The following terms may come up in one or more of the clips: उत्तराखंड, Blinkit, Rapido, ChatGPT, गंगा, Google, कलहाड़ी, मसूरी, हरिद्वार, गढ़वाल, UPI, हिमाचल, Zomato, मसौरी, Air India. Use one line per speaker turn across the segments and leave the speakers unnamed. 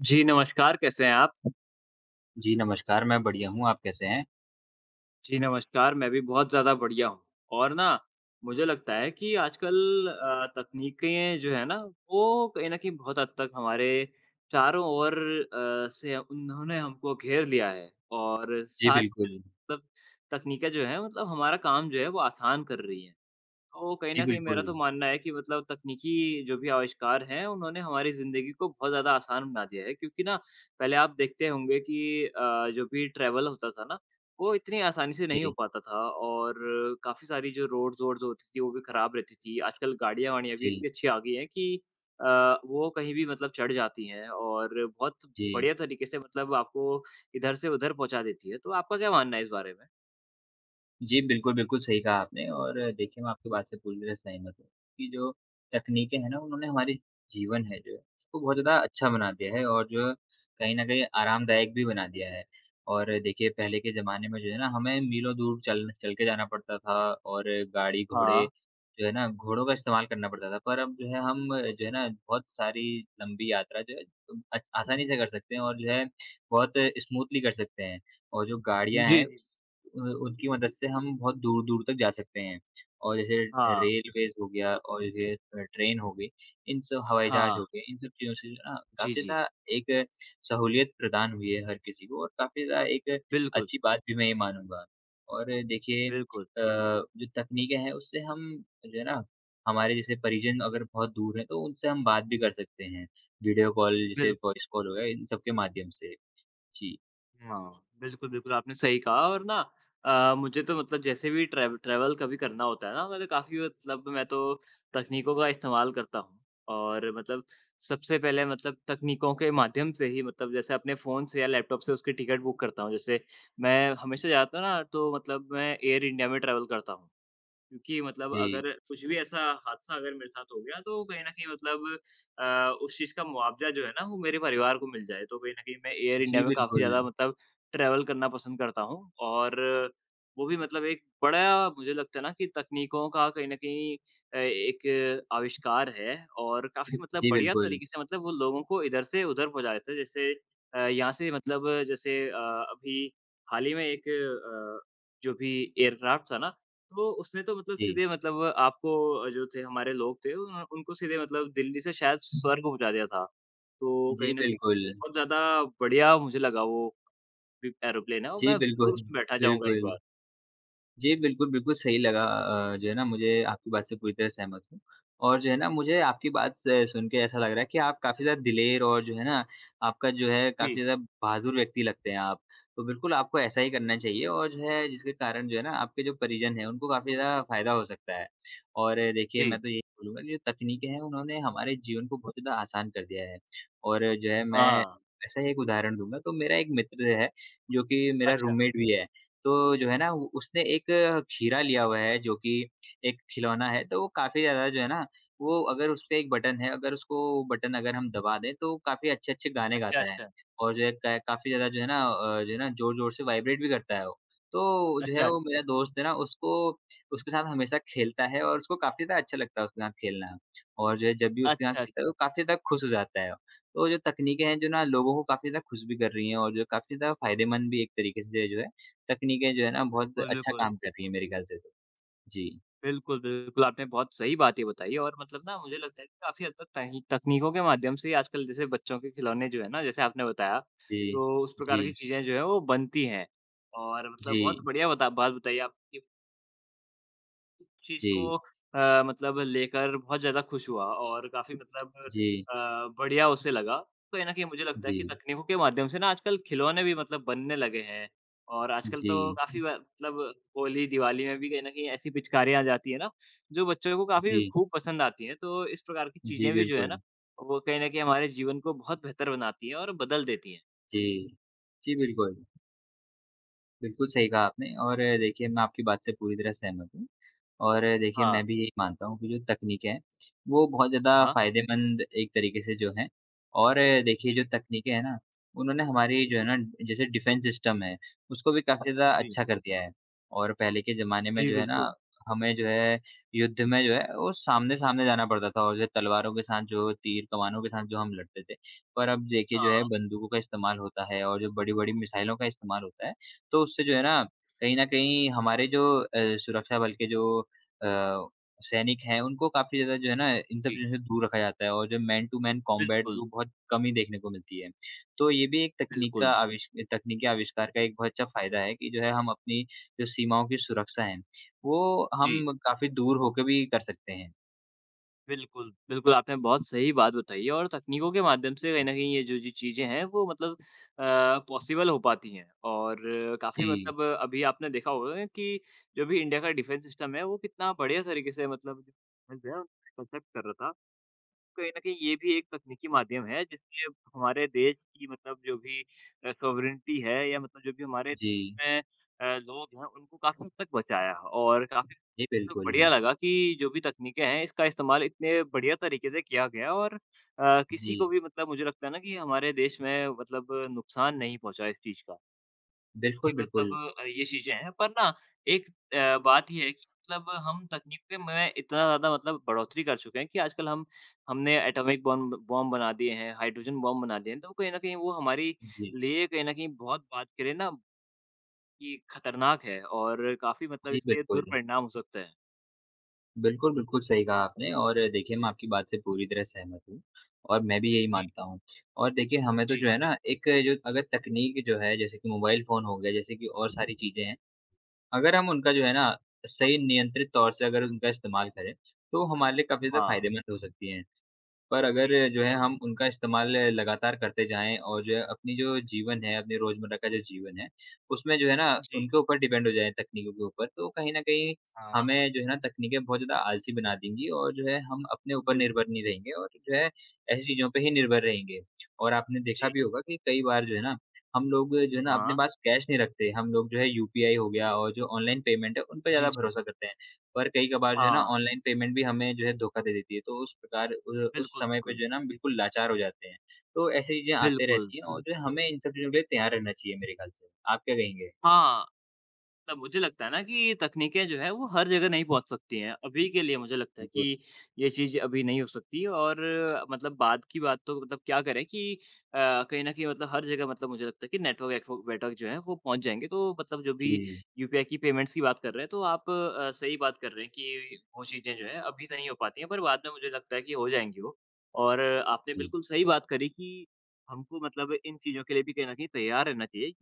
जी, नमस्कार, कैसे हैं आप?
जी, नमस्कार, मैं बढ़िया हूँ, आप कैसे हैं?
जी, नमस्कार, मैं भी बहुत ज़्यादा बढ़िया हूँ और ना मुझे लगता है कि आजकल तकनीकें जो है ना, वो कहीं न कहीं बहुत हद तक हमारे चारों ओर से उन्होंने हमको घेर लिया है और
जी,
साथ
बिल्कुल।
मतलब तकनीकें जो हैं मतलब हमारा काम जो है वो आसान कर रही हैं। तो कहीं
जी,
न कहीं मेरा
बिल्कुल।
तो मानना है कि मतलब तकनीकी जो भी आविष्कार हैं, उन्होंने हमारी ज़िंदगी को बहुत ज़्यादा आसान बना दिया है क्योंकि ना पहले आप देखते होंगे कि जो भी ट्रैवल होता था ना, वो इतनी आसानी से नहीं हो
जी,
पाता था और काफ़ी सारी जो रोड्स वोड्स होती थी, वो भी ख़राब रहती थी। आजकल गाड़ियाँ-वाड़ियाँ भी
जी,
इतनी अच्छी आ गई हैं कि अ, वो कहीं भी मतलब चढ़ जाती हैं और बहुत
जी।
बढ़िया तरीके से मतलब आपको इधर से उधर पहुँचा देती है। तो आपका क्या मानना है इस बारे में?
जी, बिल्कुल, बिल्कुल सही कहा आपने और देखिए मैं आपकी बात से पूरी तरह सहमत हूँ कि जो तकनीकें हैं ना उन्होंने हमारे जीवन है जो है उसको बहुत ज़्यादा अच्छा बना दिया है और जो है, कहीं न कहीं आरामदायक भी बना दिया है। और देखिए पहले
जी।
के ज़माने में जो है ना हमें मीलों दूर चल चल के जाना पड़ता था और गाड़ी-घोड़े
हाँ।
जो है ना घोड़ों का इस्तेमाल करना पड़ता था। पर अब जो है हम जो है ना बहुत सारी लंबी यात्रा जो है आसानी से कर सकते हैं और जो है बहुत स्मूथली कर सकते हैं। और जो गाड़ियाँ हैं
जी, जी।
अ, उनकी मदद से हम बहुत दूर-दूर तक जा सकते हैं। और जैसे
हाँ।
रेलवेज़ हो गया और ये ट्रेन हो गई, इन सब हवाई जहाज़
हाँ।
हो गए, इन सब चीज़ों से जो है ना
जी,
काफ़ी
जी।
ज़्यादा एक सहूलियत प्रदान हुई है हर किसी को और काफ़ी ज़्यादा एक
बिल्कुल,
अच्छी बात भी मैं ये मानूँगा। और देखिए
बिल्कुल,
जो तकनीकें हैं उससे हम जो है ना, हमारे जैसे परिजन अगर बहुत दूर हैं तो उनसे हम बात भी कर सकते हैं। वीडियो कॉल जैसे
बिल
वॉइस कॉल हो गया इन सब के माध्यम से। जी,
हाँ, बिल्कुल, बिल्कुल आपने सही कहा और ना मुझे तो मतलब जैसे भी ट्रैवल कभी करना होता है ना मतलब काफ़ी मतलब मैं तो तकनीकों का इस्तेमाल करता हूँ और मतलब सबसे पहले मतलब तकनीकों के माध्यम से ही मतलब जैसे अपने फ़ोन से या लैपटॉप से उसकी टिकट बुक करता हूँ। जैसे मैं हमेशा जाता ना तो मतलब मैं एयर इंडिया में ट्रैवल करता हूँ। क्योंकि मतलब
जी।
अगर कुछ भी ऐसा हादसा अगर मेरे साथ हो गया तो कहीं न कहीं मतलब अ, उस चीज़ का मुआवज़ा जो है ना वो मेरे परिवार को मिल जाए। तो कहीं न कहीं मैं एयर इंडिया
जी,
में काफ़ी
बिल्कुल।
ज़्यादा मतलब ट्रैवल करना पसंद करता हूँ और वो भी मतलब एक बड़ा मुझे लगता है ना कि तकनीकों का कहीं न कहीं एक आविष्कार है और काफ़ी हुँ। मतलब
जी,
बढ़िया
बिल्कुल।
तरीके से मतलब वो लोगों को इधर से उधर पहुँचा देता है। जैसे यहाँ से मतलब जैसे अभी हाल ही में एक जो भी एयरक्राफ्ट था ना तो उसने तो मतलब
जी।
सीधे मतलब आपको जो थे हमारे लोग थे उन उनको सीधे मतलब दिल्ली से शायद स्वर्ग पहुँचा दिया था। तो
जी,
कहीं न कहीं
बिल्कुल।
बहुत ज़्यादा बढ़िया मुझे लगा वो भी एरोप्लेन है और
जी,
मैं
बिल्कुल,
ज़रूर उसमें बैठना चाहूँगा एक
बिल्कुल।
बार।
जी, बिल्कुल, बिल्कुल सही लगा जो है ना मुझे आपकी बात से पूरी तरह सहमत हूँ और जो है ना मुझे आपकी बात से सुन के ऐसा लग रहा है कि आप काफ़ी ज़्यादा दिलेर और जो है ना आपका जो है
जी।
काफ़ी ज़्यादा बहादुर व्यक्ति लगते हैं आप। तो बिल्कुल आपको ऐसा ही करना चाहिए और जो है जिसके कारण जो है ना आपके जो परिजन हैं उनको काफ़ी ज़्यादा फ़ायदा हो सकता है। और देखिए
जी।
मैं तो यही बोलूँगा कि जो तकनीकें हैं उन्होंने हमारे जीवन को बहुत ज़्यादा आसान कर दिया है और जो है मैं
हाँ।
ऐसा ही एक उदाहरण दूँगा तो मेरा एक मित्र है जो कि मेरा
अच्छा,
रूममेट भी है। तो जो है ना उ उसने एक खीरा लिया हुआ है जो कि एक खिलौना है, तो वो काफ़ी ज़्यादा जो है ना वो अगर उसपे एक बटन है, अगर उसको बटन अगर हम दबा दें तो काफ़ी अच्छे-अच्छे गाने
अच्छा,
गाता है।
अच्छा।
और जो है क काफ़ी ज़्यादा जो है ना जो है ना ज़ोर-ज़ोर से वाइब्रेट भी करता है वो। तो जो है
अच्छा,
वो मेरा दोस्त है ना उसको उसके साथ हमेशा खेलता है और उसको काफ़ी ज़्यादा अच्छा लगता है उसके साथ खेलना। और जो है जब भी उसके साथ
अच्छा, अच्छा
खेलता है वो काफ़ी ज़्यादा खुश हो जाता है। तो जो तकनीकें हैं जो ना लोगों को काफ़ी ज़्यादा खुश भी कर रही हैं और जो काफ़ी ज़्यादा फ़ायदेमंद भी एक तरीके से जो है तकनीकें जो है ना बहुत
बिल्कुल,
अच्छा
बिल्कुल।
काम कर रही हैं मेरे ख्याल से तो। जी,
बिल्कुल, बिल्कुल, आपने बहुत सही बातें बताई और मतलब ना मुझे लगता है कि काफ़ी हद तक तही तकनीकों के माध्यम से ही आजकल जैसे बच्चों के खिलौने जो है ना, जैसे आपने बताया,
जी,
तो उस
जी,
प्रकार की चीज़ें जो हैं वो बनती हैं। और मतलब बहुत
जी,
बढ़िया बता बात बताई आपने चीज़
जी,
को मतलब लेकर बहुत ज़्यादा खुश हुआ और काफ़ी मतलब
जी,
अ, बढ़िया उसे लगा। कहीं न कहीं मुझे लगता है
जी,
कि तकनीकों के माध्यम से ना आजकल खिलौने भी मतलब बनने लगे हैं और आजकल तो
जी,
काफ़ी ब मतलब होली, दिवाली में भी कहीं न कहीं ऐसी पिचकारियाँ आ जाती हैं ना, जो बच्चों को काफ़ी
जी,
खूब पसंद आती हैं। तो इस प्रकार की
जी,
चीज़ें भी जो है ना,
बिल्कुल।
वो कहीं न कहीं हमारे जीवन को बहुत बेहतर बनाती हैं और बदल देती हैं।
जी, जी, बिल्कुल। बिल्कुल सही कहा आपने और देखिए मैं आपकी बात से पूरी तरह सहमत हूँ। और देखिए
हाँ,
मैं भी यही मानता हूँ कि जो तकनीकें हैं, वो बहुत ज़्यादा
हाँ।
फ़ायदेमंद एक तरीके से जो हैं और देखिए जो
जी,
तकनीकें हैं ना, उन्होंने हमारी जो है ना जैसे डिफेंस सिस्टम है, उसको भी काफ़ी ज़्यादा
जी।
अच्छा कर दिया है। और पहले के ज़माने में
जी,
जो है ना,
बिल्कुल।
हमें जो है युद्ध में जो है वो सामने-सामने जाना पड़ता था और जो है तलवारों के साथ जो तीर कमानों के साथ जो हम लड़ते थे। पर अब देखिए जो है
हाँ,
बंदूकों का इस्तेमाल होता है और जो बड़ी-बड़ी मिसाइलों का इस्तेमाल होता है, तो उससे जो है ना, कहीं न कहीं हमारे जो सुरक्षा बल के जो अ, सैनिक हैं उनको काफ़ी ज़्यादा जो है ना इन सब
जी।
चीज़ों से दूर रखा जाता है और जो मैन टू मैन कॉम्बैट
बिल्कुल,
जो बहुत कम ही देखने को मिलती है। तो ये भी एक तकनीक का
बिल्कुल।
आविष तकनीकी आविष्कार का एक बहुत अच्छा फ़ायदा है कि जो है हम अपनी जो सीमाओं की सुरक्षा है, वो
जी।
हम काफ़ी दूर होके भी कर सकते हैं।
बिल्कुल, बिल्कुल आपने बहुत सही बात बताई है और तकनीकों के माध्यम से कहीं न कहीं ये जो-जो चीज़ें हैं वो मतलब पॉसिबल हो पाती हैं और काफ़ी
जी,
मतलब अभी आपने देखा होगा कि जो भी इंडिया का डिफेंस सिस्टम है वो कितना बढ़िया तरीके से मतलब जो है कंसेप्ट कर रहा था। कहीं न कहीं ये भी एक तकनीकी माध्यम है जिसमें हमारे देश की मतलब जो भी सॉवरेनिटी है या मतलब जो भी हमारे
जी।
देश में लोग हैं उनको काफ़ी हद तक बचाया है। और काफ़ी
जी,
तो
बिल्कुल।
बढ़िया लगा कि जो भी तकनीकें हैं इसका इस्तेमाल इतने बढ़िया तरीके से किया गया और किसी को
जी,
भी मतलब मुझे लगता है ना कि हमारे देश में मतलब नुकसान नहीं पहुँचा इस चीज़ का।
बिल्कुल,
जी,
बिल्कुल।
मतलब ये चीज़ें हैं पर ना एक बात ये है कि मतलब हम तकनीक पे में इतना ज़्यादा मतलब बढ़ोतरी कर चुके हैं कि आजकल हम हमने एटॉमिक बॉम्ब बॉम्ब बना दिए हैं, हाइड्रोजन बॉम्ब बना दिए हैं, तो कहीं न कहीं वो हमारे
जी,
लिए कहीं न कहीं बहुत बात करें ना कि खतरनाक है और काफ़ी मतलब
जी
इसके
बिल्कुल।
दुष्परिणाम हो सकते हैं।
बिल्कुल, बिल्कुल सही कहा आपने और देखिए मैं आपकी बात से पूरी तरह सहमत हूँ और मैं भी यही
जी,
मानता हूँ। और देखिए हमें तो
जी।
जो है ना एक जो अगर तकनीक जो है जैसे कि मोबाइल फ़ोन हो गया जैसे कि और सारी चीज़ें हैं, अगर हम उनका जो है ना सही नियंत्रित तौर से अगर उनका इस्तेमाल करें, तो हमारे लिए काफ़ी ज़्यादा
हाँ,
फ़ायदेमंद हो सकती हैं। पर अगर
जी,
जो है
बिल्कुल।
हम उनका इस्तेमाल लगातार करते जाएँ और जो है अपनी जो जीवन है, अपने रोज़मर्रा का जो जीवन है, उसमें जो है ना
जी।
उनके ऊपर डिपेंड हो जाएँ तकनीकों के ऊपर, तो कहीं न कहीं
हाँ,
हमें जो है ना तकनीकें बहुत ज़्यादा आलसी बना देंगी और जो है हम अपने ऊपर
बिल्कुल।
निर्भर नहीं रहेंगे और जो है ऐसी चीज़ों पे ही निर्भर रहेंगे। और आपने देखा
जी।
भी होगा कि कई बार जो है ना, हम लोग जो है ना अपने
हाँ।
पास कैश नहीं रखते, हम लोग जो है यूपीआई हो गया और जो ऑनलाइन पेमेंट है, उन पे
जी,
ज़्यादा
जी।
भरोसा करते हैं। पर कई कभार जो है ना
हाँ,
ऑनलाइन पेमेंट भी हमें जो है धोखा दे देती है। तो उस प्रकार उ उस
बिल्कुल,
समय पे
बिल्कुल।
जो है ना हम बिल्कुल लाचार हो जाते हैं। तो ऐसी चीज़ें आते
बिल्कुल।
रहती हैं और जो है हमें इन सब चीज़ों के लिए तैयार रहना चाहिए मेरे ख़्याल से। आप क्या कहेंगे?
हाँ। मतलब मुझे लगता है ना कि ये तकनीकें जो है वो हर जगह नहीं पहुँच सकती हैं। अभी के लिए मुझे लगता है
बिल्कुल।
कि ये चीज़ अभी नहीं हो सकती और मतलब बाद की बात तो मतलब क्या करें कि कहीं न कहीं मतलब हर जगह मतलब मुझे लगता है कि नेटवर्क वेटवर्क वेटवर्क जो है वो पहुँच जाएँगे। तो मतलब जो भी
जी,
यूपीआई की पेमेंट्स की बात कर रहे हैं तो आप सही बात कर रहे हैं कि वो चीज़ें जो है अभी नहीं हो पाती हैं पर बाद में मुझे लगता है कि हो जाएँगी वो। और आपने
जी।
बिल्कुल सही बात करी कि हमको मतलब इन चीज़ों के लिए भी कहीं न कहीं तैयार रहना चाहिए।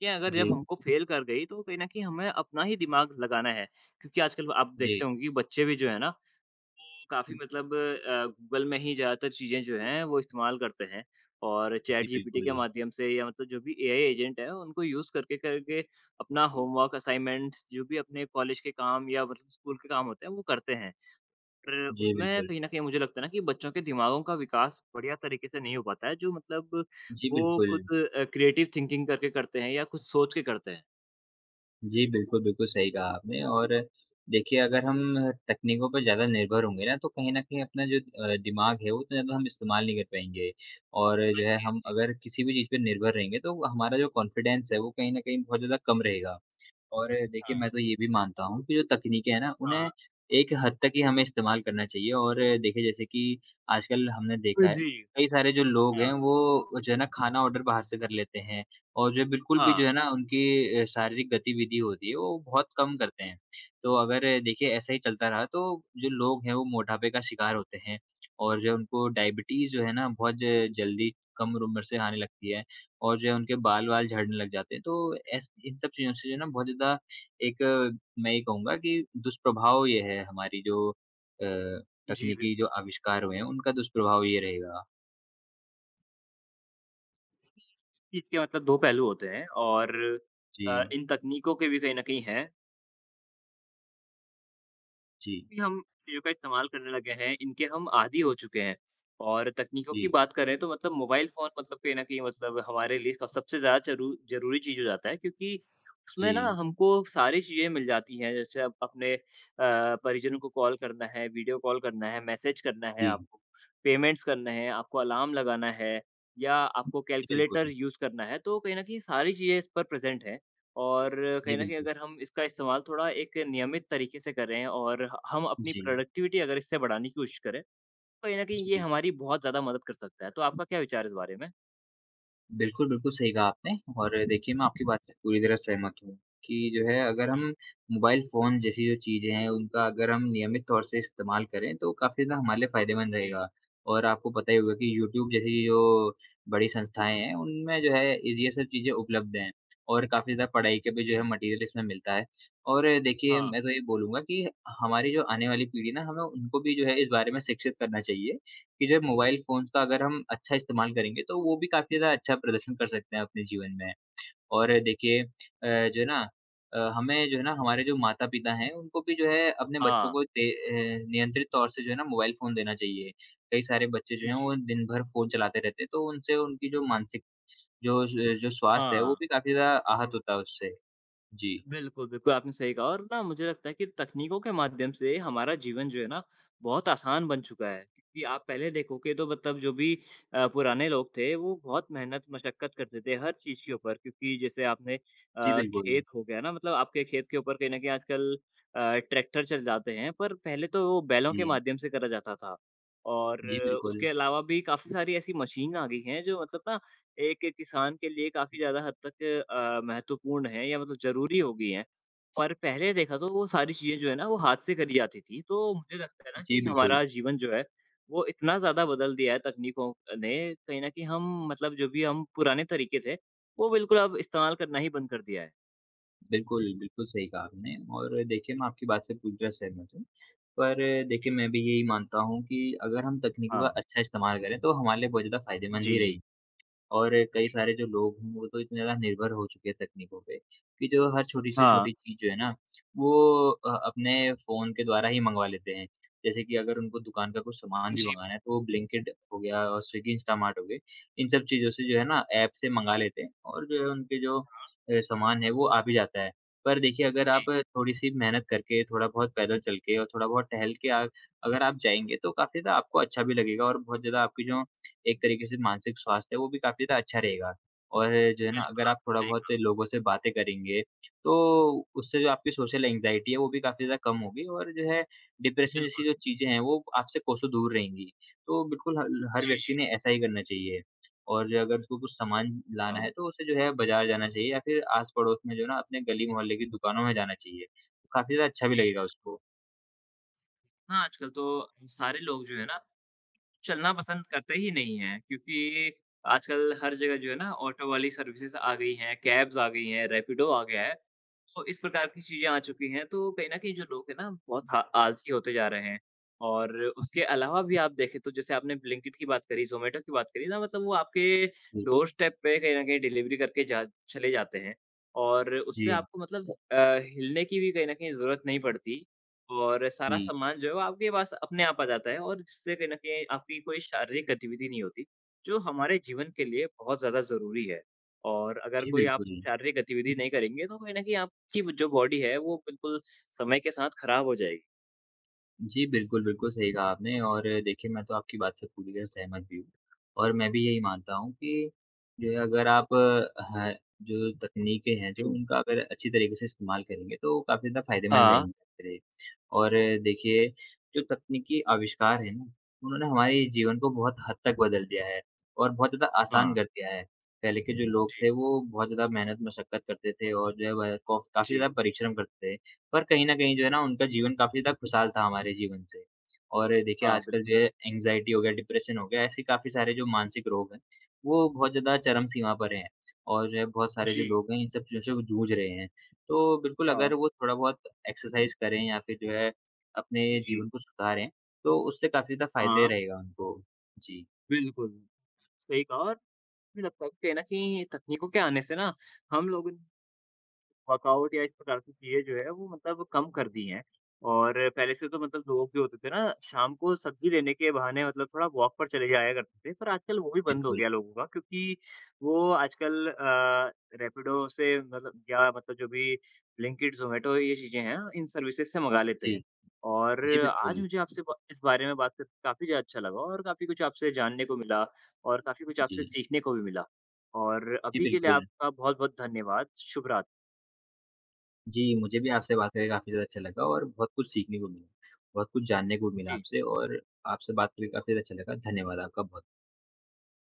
कि अगर जब
जी,
हमको फ़ेल कर गई तो कहीं न कहीं हमें अपना ही दिमाग लगाना है। क्योंकि आजकल आप
जी।
देखते होंगे कि बच्चे भी जो है ना काफ़ी मतलब गूगल में ही ज़्यादातर चीज़ें जो हैं वो इस्तेमाल करते हैं और
जी,
चैट जीपीटी
बिल्कुल।
के माध्यम से या मतलब जो भी एआई एजेंट है उनको यूज़ करके करके अपना होमवर्क, असाइनमेंट्स जो भी अपने कॉलेज के काम या मतलब स्कूल के काम होते हैं वो करते हैं। पर
जी,
उसमें
बिल्कुल।
कहीं न कहीं मुझे लगता है ना कि बच्चों के दिमागों का विकास बढ़िया तरीके से नहीं हो पाता है जो मतलब
जी,
वो खुद
बिल्कुल।
क्रिएटिव थिंकिंग करके करते हैं या कुछ सोच के करते हैं।
जी, बिल्कुल, बिल्कुल सही कहा आपने और देखिए अगर हम तकनीकों पर ज़्यादा निर्भर होंगे ना तो कहीं न कहीं अपना जो दिमाग है वो उतना ज़्यादा हम इस्तेमाल नहीं कर पाएँगे। और
हाँ
जो है
जी, हाँ
हम
जी।
अगर किसी भी चीज़ पे निर्भर रहेंगे तो हमारा जो कॉन्फिडेंस है वो कहीं न कहीं बहुत ज़्यादा कम रहेगा। और देखिए,
हाँ,
मैं तो ये भी मानता हूँ कि जो तकनीकें हैं ना, उन्हें
हाँ।
एक हद तक ही हमें इस्तेमाल करना चाहिए और देखिए जैसे कि आजकल हमने देखा है,
जी,
कई सारे जो लोग
हाँ,
हैं वो जो है ना खाना ऑर्डर बाहर से कर लेते हैं और जो बिल्कुल भी
हाँ।
जो है ना उनकी शारीरिक गतिविधि होती है, वो बहुत कम करते हैं। तो अगर देखिए ऐसा ही चलता रहा तो जो लोग हैं वो मोटापे का शिकार होते हैं और जो उनको डायबिटीज़ जो है ना बहुत ज जल्दी कम उम्र से आने लगती है। और जो है उनके बाल-वाल झड़ने लग जाते हैं। तो ऐस इन सब चीज़ों से जो है ना बहुत ज़्यादा एक मैं ये कहूँगा कि दुष्प्रभाव ये है हमारी जो
जी,
तकनीकी जो
बिल्कुल।
आविष्कार हुए हैं उनका दुष्प्रभाव ये रहेगा।
इसके मतलब 2 पहलू होते हैं और
जी,
इन तकनीकों के भी कहीं न कहीं हैं
जी,
भी हम चीज़ों का इस्तेमाल करने लगे हैं, इनके हम आदी हो चुके हैं। और तकनीकों की
जी,
बात करें तो मतलब मोबाइल फ़ोन मतलब कहीं न कहीं मतलब हमारे लिए सबसे ज़्यादा ज़रूरी चीज़ हो जाता है क्योंकि उसमें ना
जी,
हमको सारी चीज़ें मिल जाती हैं। जैसे अब अपने परिजनों को कॉल करना है, वीडियो कॉल करना है, मैसेज करना है
जी।
आपको, पेमेंट्स करना है, आपको अलार्म लगाना है या आपको
जी,
कैलकुलेटर
बिल्कुल।
यूज़ करना है, तो कहीं न कहीं सारी चीज़ें इस पर प्रेज़ेंट हैं। और
जी,
कहीं न कहीं
बिल्कुल।
अगर हम इसका इस्तेमाल थोड़ा एक नियमित तरीके से करें और ह हम अपनी
जी,
प्रोडक्टिविटी अगर इससे बढ़ाने की कोशिश करें, तो कहीं न कहीं ये
जी।
हमारी बहुत ज़्यादा मदद कर सकता है। तो आपका क्या विचार है इस बारे में?
बिल्कुल, बिल्कुल सही कहा आपने और देखिए मैं आपकी बात से पूरी तरह सहमत हूँ कि जो है अगर हम
जी,
मोबाइल फ़ोन जैसी जो चीज़ें हैं उनका अगर हम नियमित तौर से इस्तेमाल करें तो काफ़ी ज़्यादा हमारे लिए फ़ायदेमंद
जी,
रहेगा। और आपको पता ही होगा कि यूट्यूब जैसी जो बड़ी संस्थाएँ हैं उनमें जो है इज़ ये सब चीज़ें उपलब्ध हैं और काफ़ी ज़्यादा पढ़ाई का भी जो है
जी।
मटीरियल इसमें मिलता है। और देखिए
हाँ,
मैं तो ये बोलूँगा कि हमारी जो आने वाली पीढ़ी ना हमें उनको भी जो है इस बारे में शिक्षित करना चाहिए। कि जो मोबाइल फ़ोन्स का अगर हम अच्छा इस्तेमाल करेंगे, तो वो भी काफ़ी ज़्यादा अच्छा प्रदर्शन कर सकते हैं अपने जीवन में। और देखिए जो है ना हमें जो है ना हमारे जो माता-पिता हैं, उनको भी जो है अपने बच्चों
हाँ।
को नियंत्रित तौर से जो है ना मोबाइल फ़ोन देना चाहिए। कई सारे बच्चे जो
जी,
हैं
जी।
वो दिन भर फ़ोन चलाते रहते हैं, तो उनसे उनकी जो मानसिक जो स्वास्थ्य है, वो
हाँ।
भी काफ़ी ज़्यादा आहत होता है उससे। जी।
बिल्कुल, बिल्कुल, आपने सही कहा और ना मुझे लगता है कि तकनीकों के माध्यम से हमारा जीवन जो है ना, बहुत आसान बन चुका है। क्योंकि आप पहले देखोगे तो मतलब जो भी पुराने लोग थे, वो बहुत मेहनत मशक्कत करते थे हर चीज़ के ऊपर क्योंकि जैसे आपने
जी, बिल्कुल।
खेत हो गया ना मतलब आपके खेत के ऊपर कहीं न कहीं आजकल अ, ट्रैक्टर चल जाते हैं, पर पहले तो वो बैलों के
जी।
माध्यम से करा जाता था। और
जी, बिल्कुल।
उसके अलावा भी काफ़ी सारी ऐसी मशीन आ गई हैं, जो मतलब ना एक किसान के लिए काफ़ी ज़्यादा हद तक महत्वपूर्ण हैं या मतलब ज़रूरी हो गई हैं। पर पहले देखा तो वो सारी चीज़ें जो है ना वो हाथ से करी जाती थी। तो मुझे लगता है ना
जी,
कि
बिल्कुल।
हमारा जीवन जो है वो इतना ज़्यादा बदल दिया है तकनीकों ने कहीं न कहीं हम मतलब जो भी हम पुराने तरीके थे वो बिल्कुल अब इस्तेमाल करना ही बंद कर दिया है।
बिल्कुल, बिल्कुल सही कहा आपने और देखिए मैं आपकी बात से पूरी तरह सहमत हूँ। पर देखिए
जी।
मैं भी यही मानता हूँ कि अगर हम तकनीकों का
हाँ।
अच्छा इस्तेमाल करें तो हमारे लिए बहुत ज़्यादा फ़ायदेमंद
जी,
ही
जी।
रहेगी। और कई
जी।
सारे जो लोग हैं, वो तो इतने ज़्यादा निर्भर हो चुके हैं तकनीकों पे, कि जो हर छोटी से
हाँ।
छोटी चीज़ जो है ना, वो अपने फ़ोन के द्वारा ही मँगवा लेते हैं। जैसे कि अगर उनको दुकान का कुछ सामान भी
जी।
मँगाना है, तो वो ब्लिंकिट हो गया और स्विगी, इंस्टामार्ट हो गए, इन सब चीज़ों से जो है ना, ऐप से मँगा लेते हैं और जो है उनके जो सामान है, वो आ भी जाता है। पर देखिए, अगर
जी।
आप थोड़ी-सी मेहनत करके, थोड़ा-बहुत पैदल चल के और थोड़ा-बहुत टहल के आ अगर आप जाएँगे, तो काफ़ी ज़्यादा आपको अच्छा भी लगेगा और बहुत ज़्यादा आपकी जो एक तरीके से मानसिक स्वास्थ्य है वो भी काफ़ी ज़्यादा अच्छा रहेगा। और जो है ना
बिल्कुल,
अगर आप
आपने
थोड़ा
सही
बहुत
कहा।
लोगों से बातें करेंगे, तो उससे जो आपकी सोशल एंग्ज़ायटी है वो भी काफ़ी ज़्यादा कम होगी और जो है डिप्रेशन जैसी
बिल्कुल।
जो चीज़ें हैं वो आपसे कोसों दूर रहेंगी। तो बिल्कुल हल हर
जी,
व्यक्ति
जी।
ने ऐसा ही करना चाहिए। और जो अगर उसको कुछ सामान लाना
हाँ।
है तो उसे जो है बाज़ार जाना चाहिए या फिर आस-पड़ोस में जो है ना अपने गली-मोहल्ले की दुकानों में जाना चाहिए। तो काफ़ी ज़्यादा अच्छा भी
जी,
लगेगा
बिल्कुल।
उसको।
हाँ, आजकल तो सारे लोग जो है ना चलना पसंद करते ही नहीं हैं, क्योंकि आजकल हर जगह जो है ना ऑटो वाली सर्विसेज़ आ गई हैं, कैब्स आ गई हैं, रैपिडो आ गया है। तो इस प्रकार की चीज़ें आ चुकी हैं, तो कहीं न कहीं जो लोग हैं ना बहुत हा आलसी होते जा रहे हैं। और उसके अलावा भी आप देखें तो जैसे आपने ब्लिंकिट की बात करी, ज़ोमैटो की बात करी ना मतलब वो आपके
जी,
डोरस्टेप पे कहीं न कहीं डिलीवरी करके जा चले जाते हैं। और उससे
जी,
आपको मतलब हिलने की भी कहीं न कहीं ज़रूरत नहीं पड़ती और सारा
जी,
सामान जो है वो आपके पास अपने आप आ जाता है और जिससे कहीं न कहीं आपकी कोई शारीरिक गतिविधि नहीं होती, जो हमारे जीवन के लिए बहुत ज़्यादा ज़रूरी है। और अगर
जी
कोई आप
बिल्कुल।
शारीरिक गतिविधि नहीं करेंगे तो कहीं न कहीं कि वो जो बॉडी है वो बिल्कुल समय के साथ खराब हो जाएगी।
जी, बिल्कुल, बिल्कुल सही कहा आपने और देखिए मैं तो आपकी बात से पूरी तरह सहमत भी हूँ और मैं भी यही मानता हूँ कि जो है अगर आप ह जो तकनीकें हैं
जी।
जो उनका अगर अच्छी तरीके से इस्तेमाल करेंगे तो काफ़ी ज़्यादा फ़ायदेमंद
हाँ,
रहेंगी आपके लिए। और देखिए जो तकनीकी आविष्कार हैं ना, उन्होंने हमारे जीवन को बहुत हद तक बदल दिया है और बहुत ज़्यादा आसान
हाँ।
कर दिया है। पहले के जो लोग
जी,
थे वो बहुत ज़्यादा मेहनत मशक्कत करते थे और जो है वह कॉफ काफ़ी
जी।
ज़्यादा परिश्रम करते थे। पर कहीं न कहीं जो है ना उनका जीवन काफ़ी ज़्यादा खुशहाल था हमारे जीवन से। और देखिए
हाँ,
आजकल
बिल्कुल।
जो है एंग्ज़ायटी हो गया, डिप्रेशन हो गया, ऐसे काफ़ी सारे जो मानसिक रोग हैं, वो बहुत ज़्यादा चरम सीमा पर हैं। और जो है बहुत सारे जो
जी,
लोग हैं इन सब चीज़ों से वो जूझ रहे हैं। तो बिल्कुल अगर
हाँ।
वो थोड़ा बहुत एक्सरसाइज़ करें या फिर जो है अपने
जी, जी।
जीवन को सुधारें, तो उससे काफ़ी ज़्यादा फ़ायदे
हाँ,
रहेगा उनको। जी,
बिल्कुल, सही कहा और मुझे लगता है कि कहीं न कहीं तकनीकों के आने से ना हम लोगों वर्कआउट या इस प्रकार की चीज़ें जो है वो मतलब कम कर दी हैं। और पहले से तो मतलब लोग जो होते थे ना शाम को सब्ज़ी लेने के बहाने मतलब थोड़ा वॉक पर चले जाया करते थे, पर आजकल वो भी बंद हो
बिल्कुल।
गया लोगों का क्योंकि वो आजकल रैपिडो से मतलब या मतलब जो भी ब्लिंकिट, ज़ोमैटो ये चीज़ें हैं, इन सर्विसेज़ से मंगा लेते
जी।
हैं। और
जी,
आज
बिल्कुल।
मुझे आपसे ब इस बारे में बात करके काफ़ी ज़्यादा अच्छा लगा और काफ़ी कुछ आपसे जानने को मिला और काफ़ी कुछ
जी।
आपसे सीखने को भी मिला। और
जी,
अभी के लिए
बिल्कुल।
आपका बहुत-बहुत धन्यवाद। शुभ रात्रि।
जी, मुझे भी आपसे बात करके काफ़ी ज़्यादा अच्छा लगा और बहुत कुछ सीखने को मिला, बहुत कुछ जानने को मिला आपसे और आपसे बात करके काफ़ी ज़्यादा अच्छा लगा। धन्यवाद आपका बहुत।